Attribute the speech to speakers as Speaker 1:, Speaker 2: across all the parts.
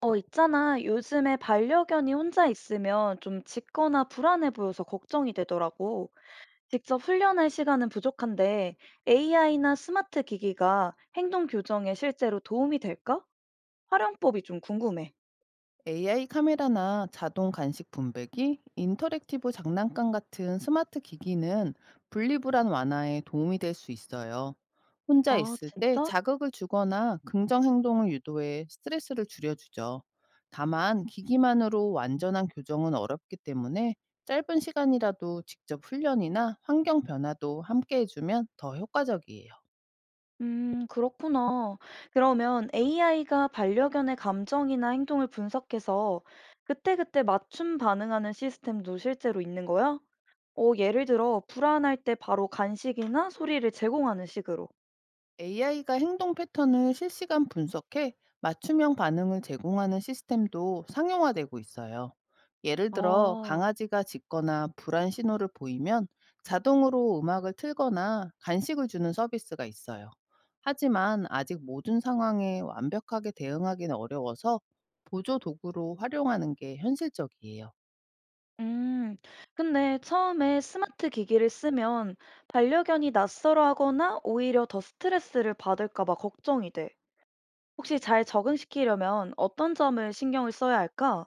Speaker 1: 있잖아. 요즘에 반려견이 혼자 있으면 좀 짖거나 불안해 보여서 걱정이 되더라고. 직접 훈련할 시간은 부족한데 AI나 스마트 기기가 행동 교정에 실제로 도움이 될까? 활용법이 좀 궁금해.
Speaker 2: AI 카메라나 자동 간식 분배기, 인터랙티브 장난감 같은 스마트 기기는 분리불안 완화에 도움이 될 수 있어요. 혼자
Speaker 1: 아,
Speaker 2: 있을 때
Speaker 1: 진짜?
Speaker 2: 자극을 주거나 긍정 행동을 유도해 스트레스를 줄여주죠. 다만 기기만으로 완전한 교정은 어렵기 때문에 짧은 시간이라도 직접 훈련이나 환경 변화도 함께 해주면 더 효과적이에요.
Speaker 1: 그렇구나. 그러면 AI가 반려견의 감정이나 행동을 분석해서 그때그때 맞춤 반응하는 시스템도 실제로 있는 거야? 예를 들어, 불안할 때 바로 간식이나 소리를 제공하는 식으로.
Speaker 2: AI가 행동 패턴을 실시간 분석해 맞춤형 반응을 제공하는 시스템도 상용화되고 있어요. 예를 들어
Speaker 1: 아,
Speaker 2: 강아지가 짖거나 불안 신호를 보이면 자동으로 음악을 틀거나 간식을 주는 서비스가 있어요. 하지만 아직 모든 상황에 완벽하게 대응하기는 어려워서 보조 도구로 활용하는 게 현실적이에요.
Speaker 1: 음, 근데 처음에 스마트 기기를 쓰면 반려견이 낯설어하거나 오히려 더 스트레스를 받을까 봐 걱정이 돼. 혹시 잘 적응시키려면 어떤 점을 신경을 써야 할까?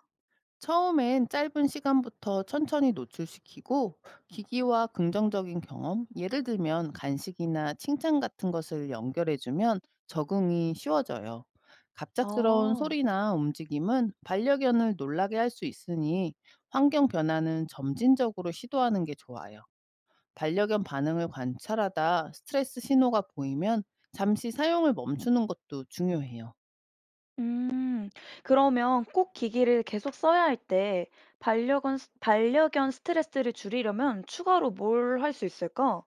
Speaker 2: 처음엔 짧은 시간부터 천천히 노출시키고 기기와 긍정적인 경험, 예를 들면 간식이나 칭찬 같은 것을 연결해주면 적응이 쉬워져요. 갑작스러운
Speaker 1: 아.
Speaker 2: 소리나 움직임은 반려견을 놀라게 할 수 있으니 환경 변화는 점진적으로 시도하는 게 좋아요. 반려견 반응을 관찰하다 스트레스 신호가 보이면 잠시 사용을 멈추는 것도 중요해요.
Speaker 1: 음. 그러면 꼭 기기를 계속 써야 할 때 반려견 스트레스를 줄이려면 추가로 뭘 할 수 있을까?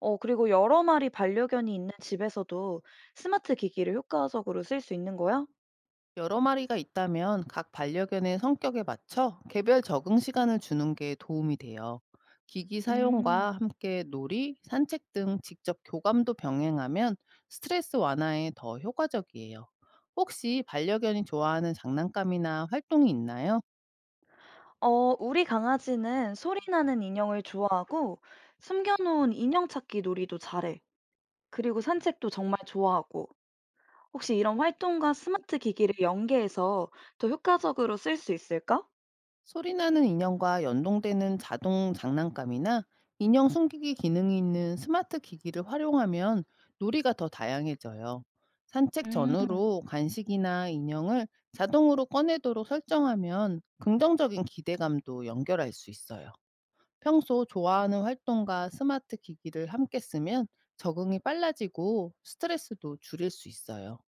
Speaker 1: 그리고 여러 마리 반려견이 있는 집에서도 스마트 기기를 효과적으로 쓸 수 있는 거야?
Speaker 2: 여러 마리가 있다면 각 반려견의 성격에 맞춰 개별 적응 시간을 주는 게 도움이 돼요. 기기 사용과
Speaker 1: 음.
Speaker 2: 함께 놀이, 산책 등 직접 교감도 병행하면 스트레스 완화에 더 효과적이에요. 혹시 반려견이 좋아하는 장난감이나 활동이 있나요?
Speaker 1: 어, 우리 강아지는 소리 나는 인형을 좋아하고 숨겨놓은 인형 찾기 놀이도 잘해. 그리고 산책도 정말 좋아하고. 혹시 이런 활동과 스마트 기기를 연계해서 더 효과적으로 쓸 수 있을까?
Speaker 2: 소리나는 인형과 연동되는 자동 장난감이나 인형 숨기기 기능이 있는 스마트 기기를 활용하면 놀이가 더 다양해져요. 산책
Speaker 1: 음.
Speaker 2: 전후로 간식이나 인형을 자동으로 꺼내도록 설정하면 긍정적인 기대감도 연결할 수 있어요. 평소 좋아하는 활동과 스마트 기기를 함께 쓰면 적응이 빨라지고 스트레스도 줄일 수 있어요.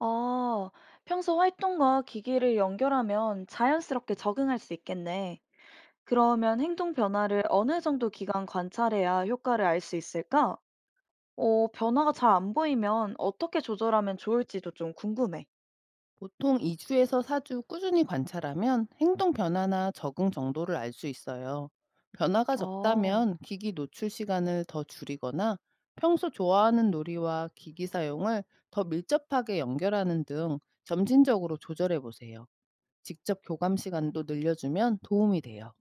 Speaker 1: 아, 평소 활동과 기기를 연결하면 자연스럽게 적응할 수 있겠네. 그러면 행동 변화를 어느 정도 기간 관찰해야 효과를 알 수 있을까? 변화가 잘 안 보이면 어떻게 조절하면 좋을지도 좀 궁금해.
Speaker 2: 보통 2주에서 4주 꾸준히 관찰하면 행동 변화나 적응 정도를 알 수 있어요. 변화가
Speaker 1: 어,
Speaker 2: 적다면 기기 노출 시간을 더 줄이거나 평소 좋아하는 놀이와 기기 사용을 더 밀접하게 연결하는 등 점진적으로 조절해 보세요. 직접 교감 시간도 늘려주면 도움이 돼요.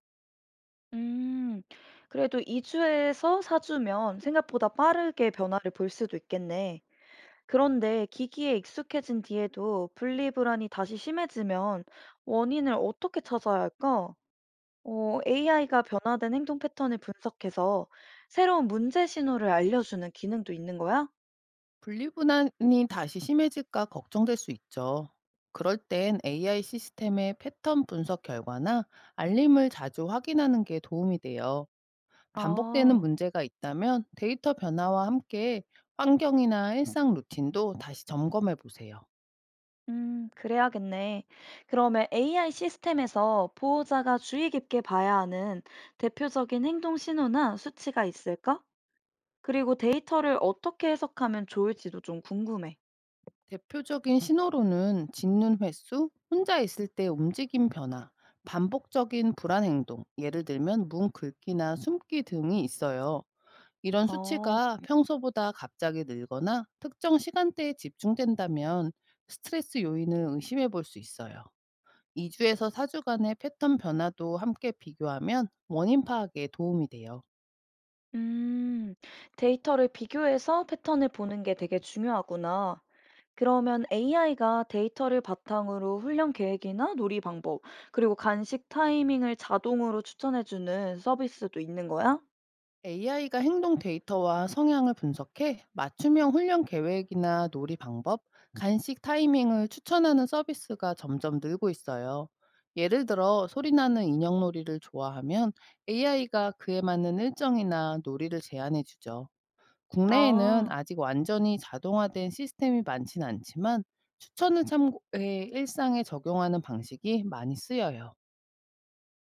Speaker 1: 음, 그래도 2주에서 사주면 생각보다 빠르게 변화를 볼 수도 있겠네. 그런데 기기에 익숙해진 뒤에도 분리불안이 다시 심해지면 원인을 어떻게 찾아야 할까? AI가 변화된 행동 패턴을 분석해서 새로운 문제 신호를 알려주는 기능도 있는 거야?
Speaker 2: 분리불안이 다시 심해질까 걱정될 수 있죠. 그럴 땐 AI 시스템의 패턴 분석 결과나 알림을 자주 확인하는 게 도움이 돼요. 반복되는
Speaker 1: 아,
Speaker 2: 문제가 있다면 데이터 변화와 함께 환경이나 일상 루틴도 다시 점검해 보세요.
Speaker 1: 그래야겠네. 그러면 AI 시스템에서 보호자가 주의 깊게 봐야 하는 대표적인 행동 신호나 수치가 있을까? 그리고 데이터를 어떻게 해석하면 좋을지도 좀 궁금해.
Speaker 2: 대표적인 신호로는 짖는 횟수, 혼자 있을 때 움직임 변화, 반복적인 불안 행동, 예를 들면 문 긁기나 숨기 등이 있어요. 이런
Speaker 1: 어.
Speaker 2: 수치가 평소보다 갑자기 늘거나 특정 시간대에 집중된다면 스트레스 요인을 의심해 볼 수 있어요. 2 주에서 4 주간의 패턴 변화도 함께 비교하면 원인 파악에 도움이 돼요.
Speaker 1: 음, 데이터를 비교해서 패턴을 보는 게 되게 중요하구나. 그러면 AI가 데이터를 바탕으로 훈련 계획이나 놀이 방법, 그리고 간식 타이밍을 자동으로 추천해주는 서비스도 있는 거야?
Speaker 2: AI가 행동 데이터와 성향을 분석해 맞춤형 훈련 계획이나 놀이 방법, 간식 타이밍을 추천하는 서비스가 점점 늘고 있어요. 예를 들어 소리 나는 인형 놀이를 좋아하면 AI가 그에 맞는 일정이나 놀이를 제안해 주죠. 국내에는
Speaker 1: 아,
Speaker 2: 아직 완전히 자동화된 시스템이 많진 않지만 추천을 참고해 일상에 적용하는 방식이 많이 쓰여요.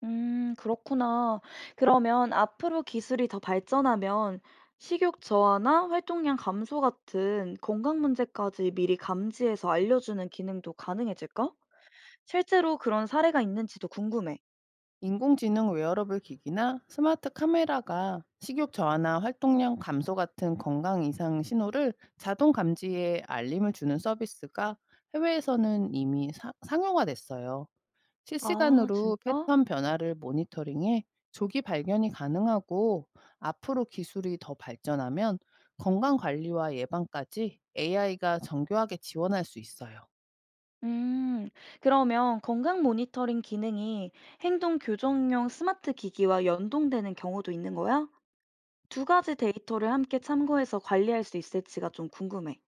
Speaker 1: 그렇구나. 그러면 앞으로 기술이 더 발전하면 식욕 저하나 활동량 감소 같은 건강 문제까지 미리 감지해서 알려주는 기능도 가능해질까? 실제로 그런 사례가 있는지도 궁금해.
Speaker 2: 인공지능 웨어러블 기기나 스마트 카메라가 식욕 저하나 활동량 감소 같은 건강 이상 신호를 자동 감지해 알림을 주는 서비스가 해외에서는 이미 상용화됐어요.
Speaker 1: 아
Speaker 2: 실시간으로
Speaker 1: 진짜?
Speaker 2: 패턴 변화를 모니터링해 조기 발견이 가능하고, 앞으로 기술이 더 발전하면 건강 관리와 예방까지 AI가 정교하게 지원할 수 있어요.
Speaker 1: 음. 그러면 건강 모니터링 기능이 행동 교정용 스마트 기기와 연동되는 경우도 있는 거야? 두 가지 데이터를 함께 참고해서 관리할 수 있을지가 좀 궁금해.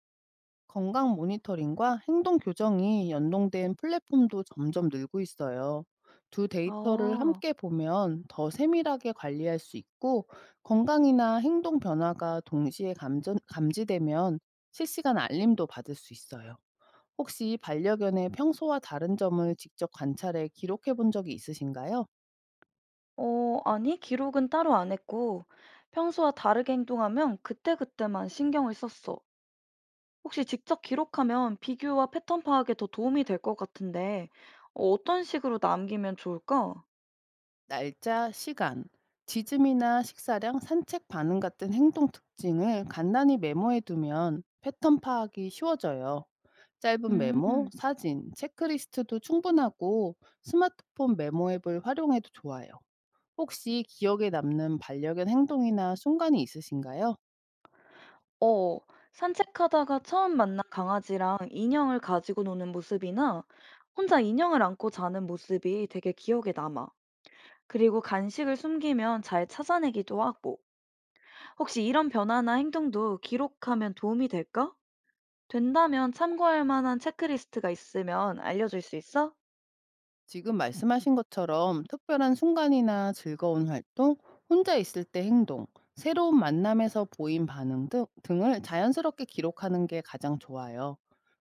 Speaker 2: 건강 모니터링과 행동 교정이 연동된 플랫폼도 점점 늘고 있어요. 두 데이터를
Speaker 1: 아.
Speaker 2: 함께 보면 더 세밀하게 관리할 수 있고, 건강이나 행동 변화가 동시에 감지되면 실시간 알림도 받을 수 있어요. 혹시 반려견의 평소와 다른 점을 직접 관찰해 기록해 본 적이 있으신가요?
Speaker 1: 아니, 기록은 따로 안 했고, 평소와 다르게 행동하면 그때그때만 신경을 썼어. 혹시 직접 기록하면 비교와 패턴 파악에 더 도움이 될 것 같은데, 어떤 식으로 남기면 좋을까?
Speaker 2: 날짜, 시간, 지짐이나 식사량, 산책 반응 같은 행동 특징을 간단히 메모해 두면 패턴 파악이 쉬워져요. 짧은 메모,
Speaker 1: 음.
Speaker 2: 사진, 체크리스트도 충분하고 스마트폰 메모 앱을 활용해도 좋아요. 혹시 기억에 남는 반려견 행동이나 순간이 있으신가요?
Speaker 1: 어, 산책하다가 처음 만난 강아지랑 인형을 가지고 노는 모습이나 혼자 인형을 안고 자는 모습이 되게 기억에 남아. 그리고 간식을 숨기면 잘 찾아내기도 하고. 혹시 이런 변화나 행동도 기록하면 도움이 될까? 된다면 참고할 만한 체크리스트가 있으면 알려줄 수 있어?
Speaker 2: 지금 말씀하신 것처럼 특별한 순간이나 즐거운 활동, 혼자 있을 때 행동, 새로운 만남에서 보인 반응 등을 자연스럽게 기록하는 게 가장 좋아요.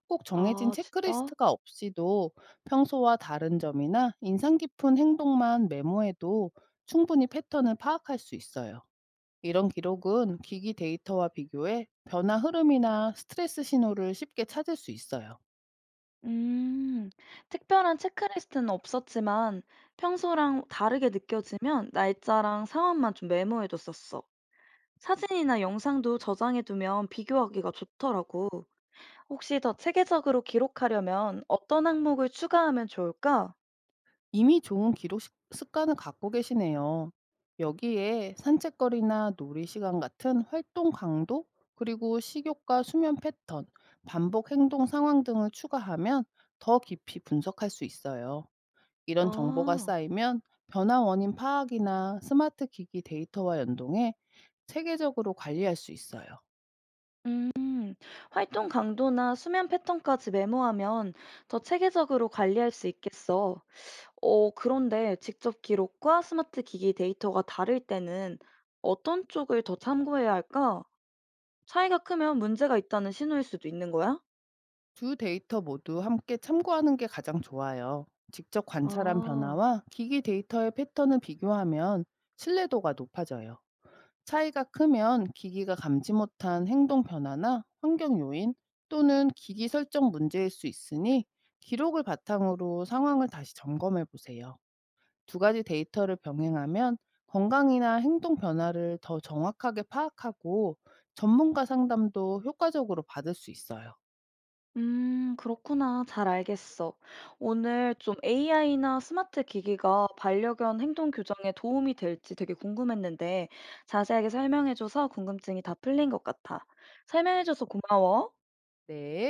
Speaker 2: 꼭 정해진
Speaker 1: 아, 진짜?
Speaker 2: 체크리스트가 없이도 평소와 다른 점이나 인상 깊은 행동만 메모해도 충분히 패턴을 파악할 수 있어요. 이런 기록은 기기 데이터와 비교해 변화 흐름이나 스트레스 신호를 쉽게 찾을 수 있어요.
Speaker 1: 음, 특별한 체크리스트는 없었지만 평소랑 다르게 느껴지면 날짜랑 상황만 좀 메모해뒀었어. 사진이나 영상도 저장해두면 비교하기가 좋더라고. 혹시 더 체계적으로 기록하려면 어떤 항목을 추가하면 좋을까?
Speaker 2: 이미 좋은 기록 습관을 갖고 계시네요. 여기에 산책거리나 놀이 시간 같은 활동 강도, 그리고 식욕과 수면 패턴, 반복 행동 상황 등을 추가하면 더 깊이 분석할 수 있어요. 이런 정보가
Speaker 1: 아,
Speaker 2: 쌓이면 변화 원인 파악이나 스마트 기기 데이터와 연동해 체계적으로 관리할 수 있어요.
Speaker 1: 음, 활동 강도나 수면 패턴까지 메모하면 더 체계적으로 관리할 수 있겠어. 그런데 직접 기록과 스마트 기기 데이터가 다를 때는 어떤 쪽을 더 참고해야 할까? 차이가 크면 문제가 있다는 신호일 수도 있는 거야?
Speaker 2: 두 데이터 모두 함께 참고하는 게 가장 좋아요. 직접 관찰한
Speaker 1: 아.
Speaker 2: 변화와 기기 데이터의 패턴을 비교하면 신뢰도가 높아져요. 차이가 크면 기기가 감지 못한 행동 변화나 환경 요인, 또는 기기 설정 문제일 수 있으니 기록을 바탕으로 상황을 다시 점검해 보세요. 두 가지 데이터를 병행하면 건강이나 행동 변화를 더 정확하게 파악하고 전문가 상담도 효과적으로 받을 수 있어요.
Speaker 1: 그렇구나. 잘 알겠어. 오늘 좀 AI나 스마트 기기가 반려견 행동 교정에 도움이 될지 되게 궁금했는데 자세하게 설명해줘서 궁금증이 다 풀린 것 같아. 설명해줘서 고마워.
Speaker 2: 네.